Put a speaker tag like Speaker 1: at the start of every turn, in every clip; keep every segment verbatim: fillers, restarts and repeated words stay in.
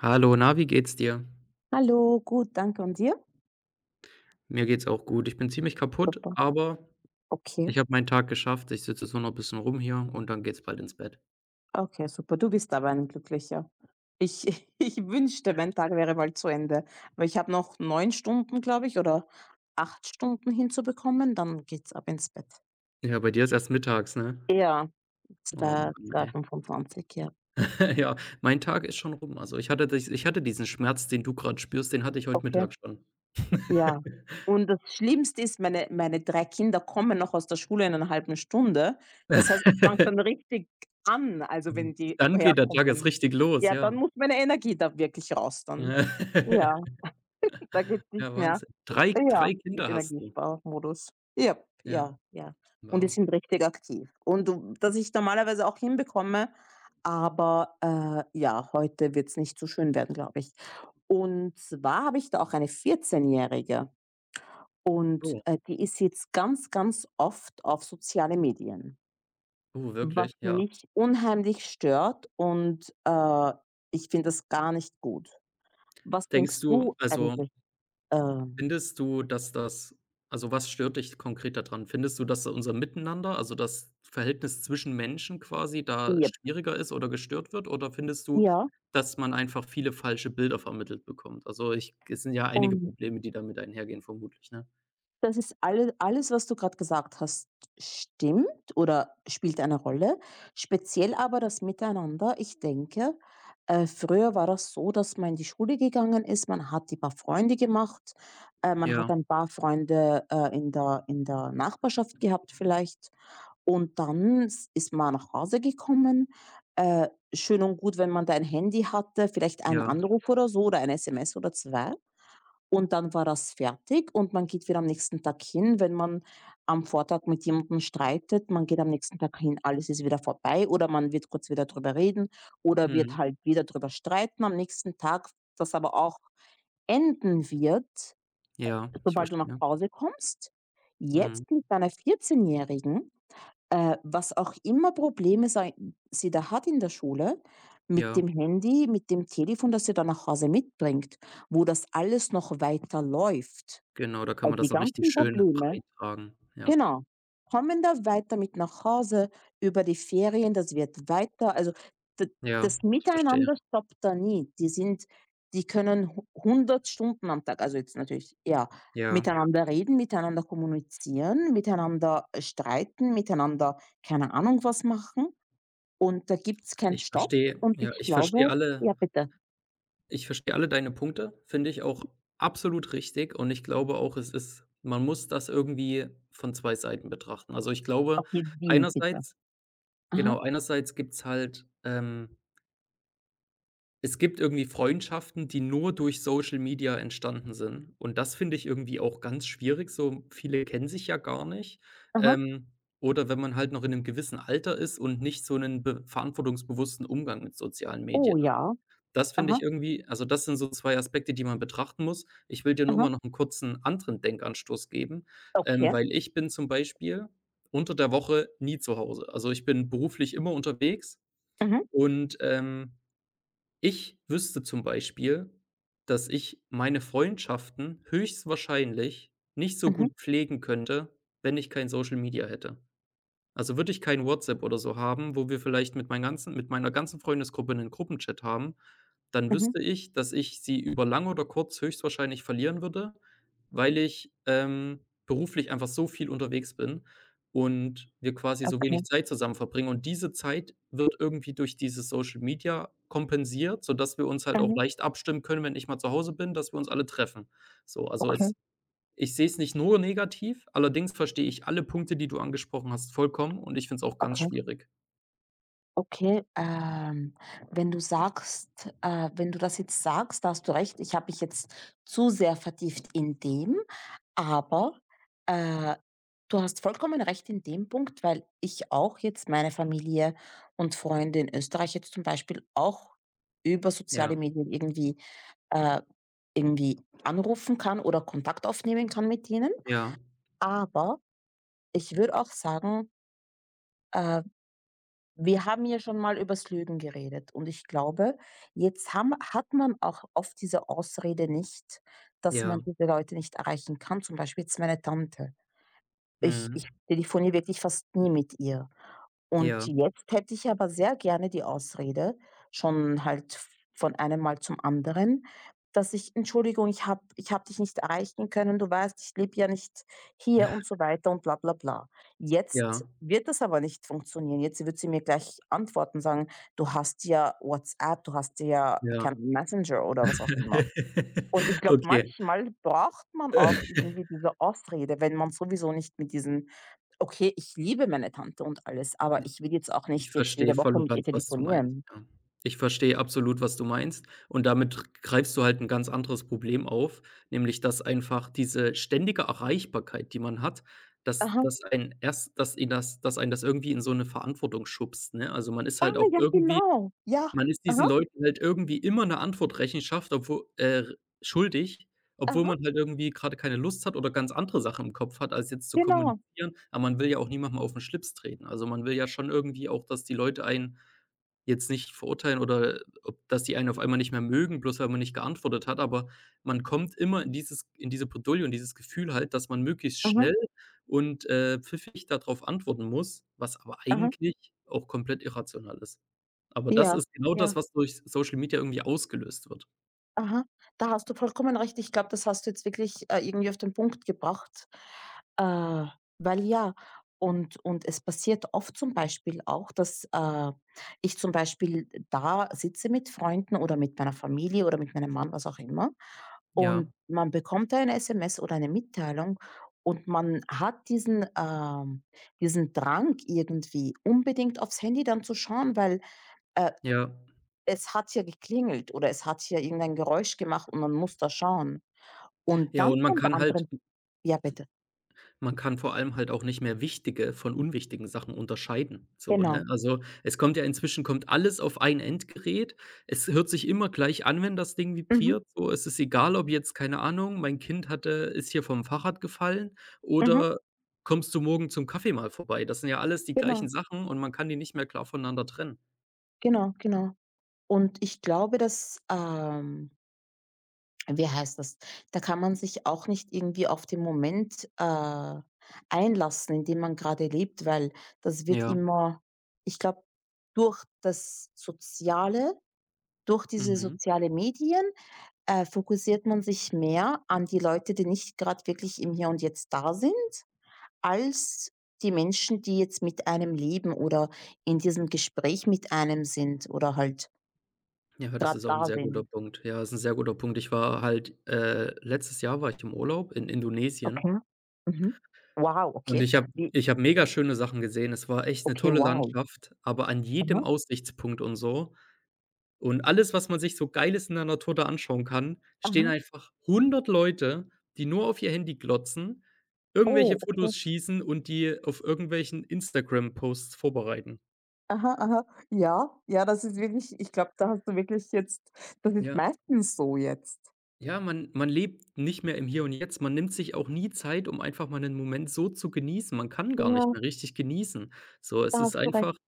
Speaker 1: Hallo, na, wie geht's dir?
Speaker 2: Hallo, gut, danke und dir?
Speaker 1: Mir geht's auch gut. Ich bin ziemlich kaputt,
Speaker 2: Super.
Speaker 1: aber
Speaker 2: Okay,
Speaker 1: ich habe meinen Tag geschafft. Ich sitze jetzt nur noch ein bisschen rum hier und dann geht's bald ins Bett.
Speaker 2: okay, super. Du bist aber ein Glücklicher. Ich ich wünschte, mein Tag wäre bald zu Ende, aber ich habe noch neun Stunden, glaube ich, oder acht Stunden hinzubekommen, dann geht's ab ins Bett.
Speaker 1: Ja, bei dir ist erst mittags, ne?
Speaker 2: Ja,
Speaker 1: Oh Mann,
Speaker 2: 2
Speaker 1: ey.
Speaker 2: fünfundzwanzig, ja.
Speaker 1: Ja, mein Tag ist schon rum. Also, ich hatte dich ich hatte diesen Schmerz, den du gerade spürst, den hatte ich heute
Speaker 2: Okay.
Speaker 1: Mittag schon.
Speaker 2: Ja. Und das Schlimmste ist, meine meine drei Kinder kommen noch aus der Schule in einer halben Stunde. Das heißt, es fängt dann richtig an, also wenn die
Speaker 1: Dann geht der Tag erst
Speaker 2: herkommen.
Speaker 1: richtig los,
Speaker 2: Ja,
Speaker 1: ja.
Speaker 2: dann muss meine Energie da wirklich raus dann.
Speaker 1: Ja.
Speaker 2: Ja, da geht's nicht
Speaker 1: Ja,
Speaker 2: mehr.
Speaker 1: Wahnsinn. Drei,
Speaker 2: Ja,
Speaker 1: drei
Speaker 2: mit
Speaker 1: Kinder hast du?
Speaker 2: Energiesparmodus. Ja,
Speaker 1: Ja,
Speaker 2: ja, ja. Und die
Speaker 1: wow.
Speaker 2: sind richtig aktiv. Und du dass ich normalerweise auch hinbekomme, aber, äh, ja, heute wird's nicht so schön werden, glaube ich. Und zwar habe ich da auch eine vierzehn-Jährige und,
Speaker 1: Oh,
Speaker 2: äh, die ist jetzt ganz, ganz oft auf soziale Medien,
Speaker 1: oh,
Speaker 2: was
Speaker 1: wirklich? Ja.
Speaker 2: mich unheimlich stört und, äh, ich finde das gar nicht gut. Was
Speaker 1: Denkst
Speaker 2: denkst
Speaker 1: du
Speaker 2: du
Speaker 1: also
Speaker 2: eigentlich? ähm,
Speaker 1: Findest du, dass das Also, was stört dich konkret daran? Findest du, dass unser Miteinander, also das Verhältnis zwischen Menschen quasi da
Speaker 2: ja.
Speaker 1: schwieriger ist oder gestört wird? Oder findest du,
Speaker 2: Ja,
Speaker 1: dass man einfach viele falsche Bilder vermittelt bekommt? Also, ich es sind ja einige
Speaker 2: ähm,
Speaker 1: Probleme, die damit einhergehen vermutlich, ne?
Speaker 2: das ist alle alles, was du gerade gesagt hast, stimmt oder spielt eine Rolle. Speziell aber das Miteinander. Ich denke, äh, früher war das so, dass man in die Schule gegangen ist, man hat die paar Freunde gemacht, äh, man
Speaker 1: Ja,
Speaker 2: hat ein paar Freunde, äh, in der in der Nachbarschaft gehabt vielleicht, und dann s ist man nach Hause gekommen. Äh, schön und gut, wenn man da ein Handy hatte, vielleicht einen
Speaker 1: ja,
Speaker 2: Anruf oder so oder ein S M S oder zwei. Und dann war das fertig und man geht wieder am nächsten Tag hin. Wenn man am Vortag mit jemandem streitet, man geht am nächsten Tag hin, alles ist wieder vorbei oder man wird kurz wieder drüber reden oder wird
Speaker 1: mhm,
Speaker 2: halt wieder drüber streiten am nächsten Tag, das aber auch enden wird,
Speaker 1: ja, ich
Speaker 2: sobald du nach
Speaker 1: verstehe.
Speaker 2: Hause kommst. Jetzt
Speaker 1: Mhm,
Speaker 2: mit deiner vierzehn- Jährigen, äh, was auch immer Probleme sei sie da hat in der Schule, mit
Speaker 1: ja,
Speaker 2: dem Handy, mit dem Telefon, das sie dann nach Hause mitbringt, wo das alles noch weiter läuft.
Speaker 1: genau, da kann man
Speaker 2: Also,
Speaker 1: das
Speaker 2: die
Speaker 1: so richtig
Speaker 2: ganzen
Speaker 1: schön
Speaker 2: Probleme,
Speaker 1: breit tragen. Ja,
Speaker 2: genau, kommen da weiter mit nach Hause, über die Ferien, das wird weiter, also, d
Speaker 1: ja,
Speaker 2: das
Speaker 1: ich verstehe.
Speaker 2: Miteinander stoppt da nie. Die sind die können hu hundert Stunden am Tag, also, jetzt natürlich eher
Speaker 1: Ja,
Speaker 2: miteinander reden, miteinander kommunizieren, miteinander äh, streiten, miteinander keine Ahnung was machen, und da gibt's keinen
Speaker 1: ich
Speaker 2: Stopp,
Speaker 1: verstehe
Speaker 2: und
Speaker 1: ja,
Speaker 2: ich
Speaker 1: ich verstehe
Speaker 2: glaube.
Speaker 1: alle
Speaker 2: Ja, bitte.
Speaker 1: Ich verstehe alle deine Punkte, finde ich auch absolut richtig und ich glaube auch, es ist man muss das irgendwie von zwei Seiten betrachten. Also, ich glaube,
Speaker 2: Okay, wie bitte?
Speaker 1: einerseits
Speaker 2: Aha,
Speaker 1: genau, einerseits gibt's halt ähm, es gibt irgendwie Freundschaften, die nur durch Social Media entstanden sind, und das finde ich irgendwie auch ganz schwierig, so viele kennen sich ja gar nicht.
Speaker 2: aha.
Speaker 1: Ähm, oder wenn man halt noch in 'nem gewissen Alter ist und nicht so 'nen be verantwortungsbewussten Umgang mit sozialen
Speaker 2: Oh
Speaker 1: Medien,
Speaker 2: ja.
Speaker 1: das finde ich
Speaker 2: Aha,
Speaker 1: irgendwie also, das sind so zwei Aspekte, die man betrachten muss. Ich will dir nur
Speaker 2: aha.
Speaker 1: mal noch einen kurzen anderen Denkanstoß geben, ähm,
Speaker 2: Okay.
Speaker 1: weil ich bin zum Beispiel unter der Woche nie zu Hause. Also, ich bin beruflich immer unterwegs,
Speaker 2: Mhm,
Speaker 1: und, ähm, ich wüsste zum Beispiel, dass ich meine Freundschaften höchstwahrscheinlich nicht so
Speaker 2: mhm,
Speaker 1: gut pflegen könnte, wenn ich kein Social Media hätte. Also würde ich kein WhatsApp oder so haben, wo wir vielleicht mit meinen ganzen mit meiner ganzen Freundesgruppe einen Gruppenchat haben, dann
Speaker 2: mhm.
Speaker 1: wüsste ich, dass ich sie über lang oder kurz höchstwahrscheinlich verlieren würde, weil ich, ähm, beruflich einfach so viel unterwegs bin und wir quasi so
Speaker 2: Okay.
Speaker 1: wenig Zeit zusammen verbringen. Und diese Zeit wird irgendwie durch dieses Social Media kompensiert, sodass wir uns halt auch
Speaker 2: Mhm.
Speaker 1: leicht abstimmen können, wenn ich mal zu Hause bin, dass wir uns alle treffen. So, also
Speaker 2: Okay,
Speaker 1: es ich sehe es nicht nur negativ, allerdings verstehe ich alle Punkte, die du angesprochen hast, vollkommen, und ich finde es auch ganz
Speaker 2: okay,
Speaker 1: schwierig.
Speaker 2: okay. Ähm, wenn du sagst äh, wenn du das jetzt sagst, da hast du recht, ich habe mich jetzt zu sehr vertieft in dem, aber, äh, du hast vollkommen recht in dem Punkt, weil ich auch jetzt meine Familie und Freunde in Österreich jetzt zum Beispiel auch über
Speaker 1: Ja,
Speaker 2: soziale Medien irgendwie äh, irgendwie anrufen kann oder Kontakt aufnehmen kann mit ihnen.
Speaker 1: ja,
Speaker 2: Aber ich würde auch sagen, äh wir haben ja schon mal übers Lügen geredet und ich glaube, jetzt haben hat man auch oft diese Ausrede nicht, dass
Speaker 1: ja,
Speaker 2: man diese Leute nicht erreichen kann, zum Beispiel jetzt meine Tante. Ich
Speaker 1: mhm,
Speaker 2: ich telefoniere wirklich fast nie mit ihr. Und
Speaker 1: ja,
Speaker 2: jetzt hätte ich aber sehr gerne die Ausrede, schon halt v von einem Mal zum anderen, dass ich: „Entschuldigung, ich habe ich habe dich nicht erreichen können. Du weißt, ich lebe ja nicht hier" und so weiter und bla bla bla.
Speaker 1: ja,
Speaker 2: Jetzt wird das aber nicht funktionieren. Jetzt wird sie mir gleich antworten, sagen: „Du hast ja WhatsApp, du hast ja,
Speaker 1: ja.
Speaker 2: keine Messenger" oder was auch immer. Und ich glaube,
Speaker 1: Okay.
Speaker 2: manchmal braucht man auch irgendwie diese Ausrede, wenn man sowieso nicht mit diesen. Okay, ich liebe meine Tante und alles, aber ich will jetzt auch
Speaker 1: Ich
Speaker 2: nicht jetzt
Speaker 1: verstehe
Speaker 2: jede
Speaker 1: voll
Speaker 2: Woche
Speaker 1: und
Speaker 2: mit ihr
Speaker 1: ganz, was du meinst,
Speaker 2: telefonieren.
Speaker 1: ja. Ich verstehe absolut, was du meinst, und damit r greifst du halt ein ganz anderes Problem auf, nämlich dass einfach diese ständige Erreichbarkeit, die man hat, dass
Speaker 2: Aha.
Speaker 1: dass ein erst dass ihn das dass einen das irgendwie in so eine Verantwortung schubst, ne? Also, man ist
Speaker 2: Ah,
Speaker 1: halt auch
Speaker 2: ja,
Speaker 1: irgendwie
Speaker 2: genau. Ja.
Speaker 1: Man ist diesen
Speaker 2: Aha,
Speaker 1: Leuten halt irgendwie immer 'ne Antwort Rechenschaft, obwu äh, schuldig, obwohl
Speaker 2: aha,
Speaker 1: man halt irgendwie grade keine Lust hat oder ganz andere Sachen im Kopf hat, als jetzt zu
Speaker 2: genau.
Speaker 1: kommunizieren. Aber man will ja auch niemandem auf 'n Schlips treten. Also, man will ja schon irgendwie auch, dass die Leute einen jetzt nicht verurteilen oder äh, ob dass die einen auf einmal nicht mehr mögen, bloß weil man nicht geantwortet hat. Aber man kommt immer in dieses in diese Bredouille und dieses Gefühl halt, dass man möglichst
Speaker 2: Aha,
Speaker 1: schnell und, äh, pfiffig da drauf antworten muss, was aber
Speaker 2: aha.
Speaker 1: eigentlich auch komplett irrational ist. Aber das
Speaker 2: Ja,
Speaker 1: ist genau das,
Speaker 2: ja.
Speaker 1: was durch Social Media irgendwie ausgelöst wird.
Speaker 2: Aha, da hast du vollkommen recht. Ich glaube, das hast du jetzt wirklich, äh, irgendwie auf den Punkt gebracht. Äh, Weil, ja, und und es passiert oft zum Beispiel auch, dass, äh, ich zum Beispiel da sitze mit Freunden oder mit meiner Familie oder mit meinem Mann, was auch immer,
Speaker 1: Ja,
Speaker 2: und man bekommt eine S M S oder eine Mitteilung, und man hat diesen, ähm diesen Drang, irgendwie unbedingt aufs Handy dann zu schauen, weil, äh
Speaker 1: ja.
Speaker 2: es hat hier geklingelt oder es hat hier irgendein Geräusch gemacht und man muss da schauen. Und
Speaker 1: Ja,
Speaker 2: dann
Speaker 1: und man
Speaker 2: von der
Speaker 1: kann halt
Speaker 2: anderen. Ja, bitte.
Speaker 1: man kann vor allem halt auch nicht mehr wichtige von unwichtigen Sachen unterscheiden, so,
Speaker 2: Genau.
Speaker 1: ne? Also, es kommt ja inzwischen kommt alles auf ein Endgerät. Es hört sich immer gleich an, wenn das Ding
Speaker 2: Mhm,
Speaker 1: vibriert, so. Es ist egal, ob jetzt, keine Ahnung, mein Kind hatte ist hier vom Fahrrad gefallen
Speaker 2: mhm,
Speaker 1: oder kommst du morgen zum Kaffee mal vorbei. Das sind ja alles die gleichen
Speaker 2: genau,
Speaker 1: Sachen und man kann die nicht mehr klar voneinander trennen.
Speaker 2: genau, genau. Und ich glaube, dass, ähm wie heißt das? Da kann man sich auch nicht irgendwie auf den Moment, äh, einlassen, in dem man gerade lebt, weil das wird
Speaker 1: Ja,
Speaker 2: immer, ich glaube, durch das Soziale, durch diese
Speaker 1: mhm.
Speaker 2: sozialen Medien. Äh, fokussiert man sich mehr an die Leute, die nicht gerade wirklich im Hier und Jetzt da sind, als die Menschen, die jetzt mit einem leben oder in diesem Gespräch mit einem sind oder halt
Speaker 1: Ja, das
Speaker 2: gerade
Speaker 1: ist auch 'n
Speaker 2: da
Speaker 1: sehr guter
Speaker 2: sind?
Speaker 1: Punkt. Ja, ist 'n sehr guter Punkt. Ich war halt äh, Letztes Jahr war ich im Urlaub in
Speaker 2: Okay.
Speaker 1: Indonesien
Speaker 2: Mhm. Wow,
Speaker 1: und
Speaker 2: okay.
Speaker 1: ich habe
Speaker 2: Wie
Speaker 1: ich habe mega schöne Sachen gesehen. Es war echt 'ne
Speaker 2: Okay,
Speaker 1: tolle
Speaker 2: wow.
Speaker 1: Landschaft, aber an
Speaker 2: Aha,
Speaker 1: jedem Aussichtspunkt und so und alles, was man sich so Geiles in der Natur da anschauen kann, stehen
Speaker 2: aha.
Speaker 1: einfach hundert Leute, die nur auf ihr Handy glotzen, irgendwelche
Speaker 2: Oh, okay.
Speaker 1: Fotos schießen und die auf irgendwelchen Instagram-Posts vorbereiten.
Speaker 2: Aha, aha. Ja, ja, das ist wirklich, ich glaube, da hast du wirklich jetzt, das ist
Speaker 1: Ja.
Speaker 2: meistens so jetzt.
Speaker 1: Ja, man man lebt nicht mehr im Hier und Jetzt. Man nimmt sich auch nie Zeit, um einfach mal einen Moment so zu genießen. Man kann gar nicht
Speaker 2: Ja,
Speaker 1: mehr richtig genießen. So, es
Speaker 2: da
Speaker 1: ist
Speaker 2: hast du
Speaker 1: einfach
Speaker 2: recht.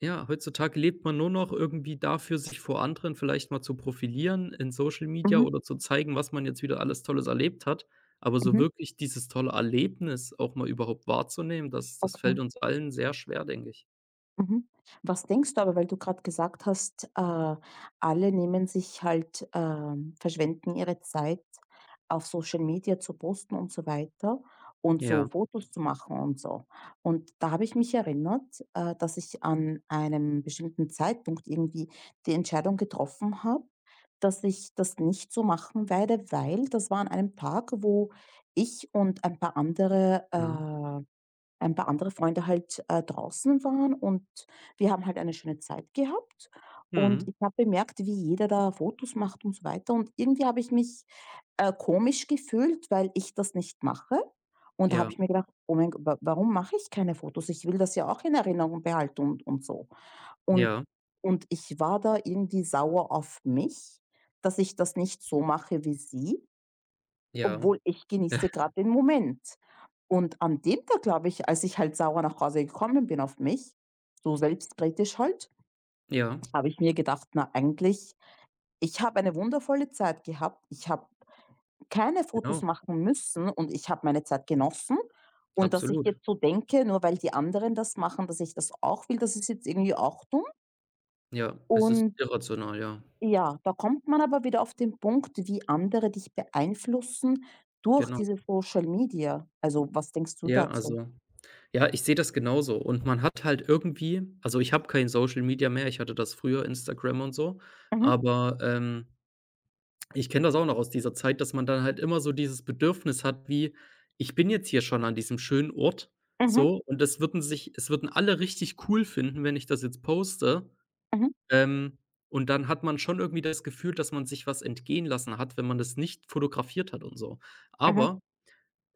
Speaker 1: ja, heutzutage lebt man nur noch irgendwie dafür, sich vor anderen vielleicht mal zu profilieren in Social Media
Speaker 2: Mhm,
Speaker 1: oder zu zeigen, was man jetzt wieder alles Tolles erlebt hat. Aber so
Speaker 2: mhm.
Speaker 1: wirklich dieses tolle Erlebnis auch mal überhaupt wahrzunehmen, das das
Speaker 2: Okay.
Speaker 1: fällt uns allen sehr schwer, denke ich.
Speaker 2: Mhm. Was denkst du aber, weil du gerade gesagt hast, äh, alle nehmen sich halt, ähm, verschwenden ihre Zeit auf Social Media zu posten und so weiter und so
Speaker 1: Ja,
Speaker 2: Fotos zu machen und so. Und da habe ich mich erinnert, äh, dass ich an einem bestimmten Zeitpunkt irgendwie die Entscheidung getroffen habe, dass ich das nicht so machen werde, weil das war an einem Tag, wo ich und ein paar andere,
Speaker 1: ja.
Speaker 2: äh ein paar andere Freunde halt, äh, draußen waren und wir haben halt eine schöne Zeit gehabt.
Speaker 1: Mhm.
Speaker 2: Und ich habe bemerkt, wie jeder da Fotos macht und so weiter. Und irgendwie habe ich mich, äh, komisch gefühlt, weil ich das nicht mache. Und da
Speaker 1: Ja,
Speaker 2: habe ich mir gedacht: „Oh mein Go wa Warum mache ich keine Fotos? Ich will das ja auch in Erinnerung behalten, und und so." Und
Speaker 1: ja,
Speaker 2: und ich war da irgendwie sauer auf mich, dass ich das nicht so mache wie sie.
Speaker 1: ja.
Speaker 2: Obwohl ich genieße gerade den Moment. Und an dem Tag, glaube ich, als ich halt sauer nach Hause gekommen bin auf mich, so selbstkritisch halt,
Speaker 1: Ja,
Speaker 2: habe ich mir gedacht: „Na, eigentlich, ich habe eine wundervolle Zeit gehabt. Ich habe keine
Speaker 1: genau,
Speaker 2: Fotos machen müssen und ich habe meine Zeit genossen. Und dass ich
Speaker 1: absolut.
Speaker 2: jetzt so denke, nur weil die anderen das machen, dass ich das auch will, das ist jetzt irgendwie auch dumm."
Speaker 1: Ja, es ist
Speaker 2: Und,
Speaker 1: irrational, ja.
Speaker 2: ja, da kommt man aber wieder auf den Punkt, wie andere dich beeinflussen durch
Speaker 1: Genau.
Speaker 2: diese Social Media. Also, was denkst du
Speaker 1: Ja,
Speaker 2: dazu?
Speaker 1: also ja, ich sehe das genauso, und man hat halt irgendwie also, ich habe kein Social Media mehr, ich hatte das früher, Instagram und so,
Speaker 2: Mhm,
Speaker 1: aber, ähm, ich kenne das auch noch aus dieser Zeit, dass man dann halt immer so dieses Bedürfnis hat wie: „Ich bin jetzt hier schon an diesem schönen Ort,
Speaker 2: mhm,
Speaker 1: so, und es würden sich es würden alle richtig cool finden, wenn ich das jetzt poste.“
Speaker 2: mhm,
Speaker 1: Ähm, und dann hat man schon irgendwie das Gefühl, dass man sich was entgehen lassen hat, wenn man das nicht fotografiert hat und so.
Speaker 2: mhm.
Speaker 1: Aber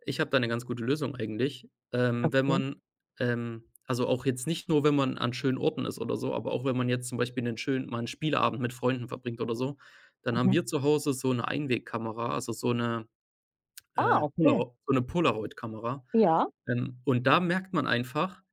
Speaker 1: ich habe da 'ne ganz gute Lösung eigentlich. Ähm, wenn
Speaker 2: Okay.
Speaker 1: man, ähm also auch jetzt nicht nur, wenn man an schönen Orten ist oder so, aber auch wenn man jetzt zum Beispiel 'nen schönen mal 'n Spieleabend mit Freunden verbringt oder so, dann haben
Speaker 2: Mhm.
Speaker 1: wir zu Hause so 'ne Einwegkamera, also so 'ne,
Speaker 2: Ah,
Speaker 1: äh,
Speaker 2: okay.
Speaker 1: Polaro so 'ne Polaroid-Kamera.
Speaker 2: Ja,
Speaker 1: Ähm, und da merkt man einfach,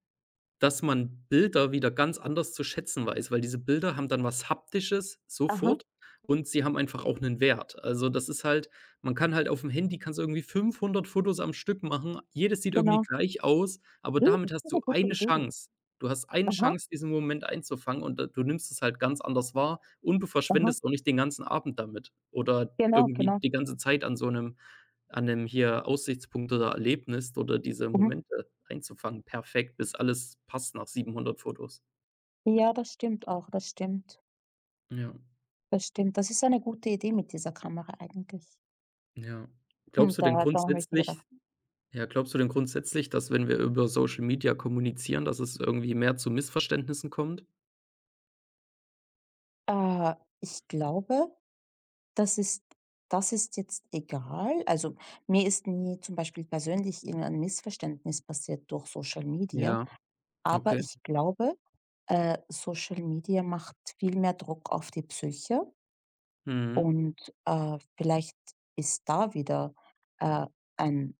Speaker 1: dass man Bilder wieder ganz anders zu schätzen weiß, weil diese Bilder haben dann was Haptisches
Speaker 2: aha,
Speaker 1: sofort und sie haben einfach auch 'nen Wert. Also, das ist halt man kann halt auf'm Handy kannst du irgendwie fünfhundert Fotos am Stück machen. Jedes sieht irgendwie
Speaker 2: genau.
Speaker 1: gleich aus, aber
Speaker 2: Ja,
Speaker 1: damit
Speaker 2: das ist
Speaker 1: hast du
Speaker 2: eine gute
Speaker 1: eine
Speaker 2: Idee.
Speaker 1: Chance. Du hast eine
Speaker 2: Aha,
Speaker 1: Chance, diesen Moment einzufangen, und da du nimmst es halt ganz anders wahr, und du
Speaker 2: aha,
Speaker 1: verschwendest auch nicht den ganzen Abend damit oder
Speaker 2: genau,
Speaker 1: irgendwie
Speaker 2: genau.
Speaker 1: die ganze Zeit an so 'nem an 'nem hier Aussichtspunkt oder Erlebnis oder diese
Speaker 2: Mhm.
Speaker 1: Momente einzufangen. Perfekt, bis alles passt nach siebenhundert Fotos.
Speaker 2: Ja, das stimmt auch, das stimmt.
Speaker 1: Ja,
Speaker 2: Das stimmt. Das ist eine gute Idee mit dieser Kamera eigentlich.
Speaker 1: ja.
Speaker 2: Hm,
Speaker 1: Glaubst du denn
Speaker 2: da daran habe ich mir gedacht.
Speaker 1: grundsätzlich Ja, glaubst du denn grundsätzlich, dass, wenn wir über Social Media kommunizieren, dass es irgendwie mehr zu Missverständnissen kommt?
Speaker 2: Äh, Ich glaube, Das ist das ist jetzt egal. Also, mir ist nie zum Beispiel persönlich irgendein Missverständnis passiert durch Social Media,
Speaker 1: Ja,
Speaker 2: aber
Speaker 1: okay.
Speaker 2: ich glaube, äh, Social Media macht viel mehr Druck auf die Psyche
Speaker 1: Mhm.
Speaker 2: und, äh, vielleicht ist da wieder, äh, ein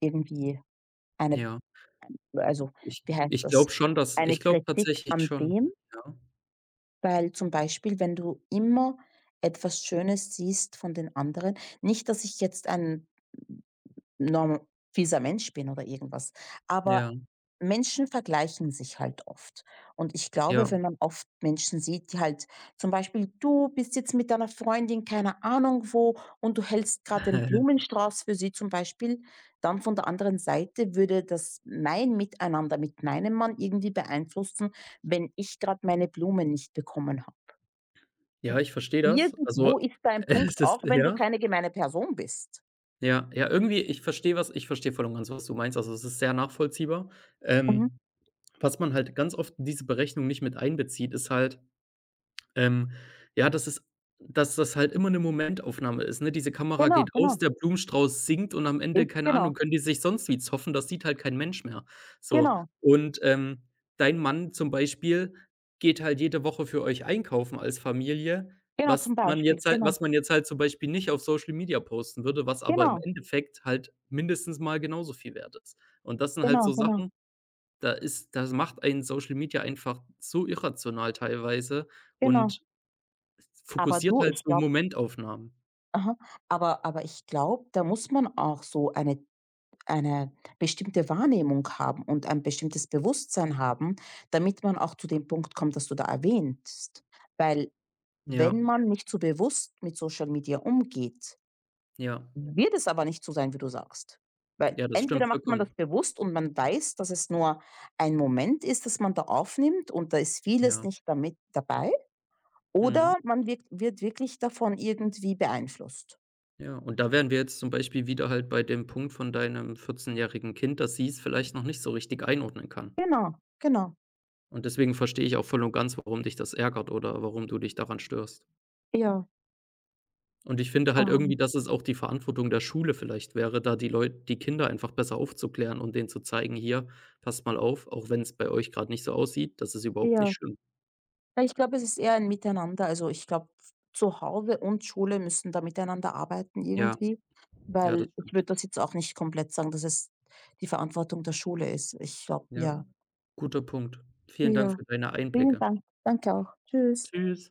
Speaker 2: irgendwie eine,
Speaker 1: Ja.
Speaker 2: also,
Speaker 1: Ich
Speaker 2: wie heißt
Speaker 1: ich
Speaker 2: das,
Speaker 1: glaube schon, dass ich
Speaker 2: eine
Speaker 1: glaube
Speaker 2: Kritik
Speaker 1: tatsächlich
Speaker 2: an
Speaker 1: schon.
Speaker 2: dem,
Speaker 1: Ja,
Speaker 2: weil zum Beispiel, wenn du immer etwas Schönes siehst von den anderen, nicht, dass ich jetzt ein norm fieser Mensch bin oder irgendwas.
Speaker 1: ja,
Speaker 2: Aber Menschen vergleichen sich halt oft. Und ich glaube,
Speaker 1: ja.
Speaker 2: wenn man oft Menschen sieht, die halt, zum Beispiel du bist jetzt mit deiner Freundin, keine Ahnung wo, und du hältst gerade den Blumenstrauß für sie zum Beispiel, dann von der anderen Seite würde das mein Miteinander mit meinem Mann irgendwie beeinflussen, wenn ich gerade meine Blumen nicht bekommen habe.
Speaker 1: Ja, ich verstehe das. Also,
Speaker 2: Irgendwo ist da ein
Speaker 1: es
Speaker 2: Punkt,
Speaker 1: ist
Speaker 2: auch wenn du
Speaker 1: ja,
Speaker 2: keine gemeine Person bist.
Speaker 1: ja, ja, irgendwie ich verstehe was ich verstehe voll und ganz, was du meinst. Also, es ist sehr nachvollziehbar.
Speaker 2: Mhm.
Speaker 1: Ähm Was man halt ganz oft in diese Berechnung nicht mit einbezieht, ist halt, ähm, ja, dass es dass das halt immer 'ne Momentaufnahme ist, ne? Diese Kamera
Speaker 2: Genau,
Speaker 1: geht aus,
Speaker 2: genau.
Speaker 1: der Blumenstrauß sinkt und am Ende,
Speaker 2: Ist
Speaker 1: keine
Speaker 2: genau,
Speaker 1: Ahnung, können die sich sonst wie zoffen, das sieht halt kein Mensch mehr. So,
Speaker 2: genau.
Speaker 1: und, ähm, dein Mann zum Beispiel geht halt jede Woche für euch einkaufen als Familie,
Speaker 2: Genau,
Speaker 1: was
Speaker 2: zum
Speaker 1: man
Speaker 2: Beispiel.
Speaker 1: jetzt halt
Speaker 2: Genau.
Speaker 1: was man jetzt halt zum Beispiel nicht auf Social Media posten würde, was aber im
Speaker 2: Genau,
Speaker 1: Endeffekt halt mindestens mal genauso viel wert ist. Und das sind halt
Speaker 2: genau,
Speaker 1: so
Speaker 2: genau,
Speaker 1: Sachen. Da ist das macht einen Social Media einfach so irrational teilweise
Speaker 2: genau.
Speaker 1: und
Speaker 2: Aber
Speaker 1: fokussiert
Speaker 2: du,
Speaker 1: halt
Speaker 2: ich
Speaker 1: so
Speaker 2: glaube,
Speaker 1: Momentaufnahmen.
Speaker 2: aha, aber aber ich glaube, da muss man auch so eine eine bestimmte Wahrnehmung haben und ein bestimmtes Bewusstsein haben, damit man auch zu dem Punkt kommt, dass du da erwähntest. Weil wenn
Speaker 1: Ja,
Speaker 2: man nicht so bewusst mit Social Media umgeht,
Speaker 1: ja.
Speaker 2: wird es aber nicht so sein, wie du sagst. Weil
Speaker 1: Ja, das stimmt
Speaker 2: entweder macht man das
Speaker 1: vollkommen.
Speaker 2: bewusst und man weiß, dass es nur ein Moment ist, dass man da aufnimmt und da ist vieles
Speaker 1: Ja.
Speaker 2: nicht damit dabei.
Speaker 1: Mhm.
Speaker 2: Oder man wirkt wird wirklich davon irgendwie beeinflusst.
Speaker 1: Ja, und da wären wir jetzt zum Beispiel wieder halt bei dem Punkt von deinem vierzehnjährigen-jährigen Kind, dass sie es vielleicht noch nicht so richtig einordnen kann.
Speaker 2: Genau, genau.
Speaker 1: Und deswegen verstehe ich auch voll und ganz, warum dich das ärgert oder warum du dich daran störst.
Speaker 2: Ja,
Speaker 1: Und ich finde halt irgendwie,
Speaker 2: ähm,
Speaker 1: dass es auch die Verantwortung der Schule vielleicht wäre, da die Leute, die Kinder einfach besser aufzuklären und denen zu zeigen: „Hier, passt mal auf, auch wenn es bei euch gerade nicht so aussieht, das ist überhaupt nicht
Speaker 2: ja.
Speaker 1: schlimm.“
Speaker 2: Ja, ich glaube, es ist eher ein Miteinander. Also, ich glaube, zu Hause und Schule müssen da miteinander arbeiten
Speaker 1: Ja,
Speaker 2: irgendwie,
Speaker 1: ja, das
Speaker 2: weil ich
Speaker 1: stimmt.
Speaker 2: würde das jetzt auch nicht komplett sagen, dass es die Verantwortung der Schule ist. Ich glaube,
Speaker 1: Ja,
Speaker 2: ja.
Speaker 1: guter Punkt. Vielen Dank
Speaker 2: Ja.
Speaker 1: für deine
Speaker 2: Vielen
Speaker 1: Einblicke.
Speaker 2: Dank. Danke auch. Tschüss.
Speaker 1: Tschüss.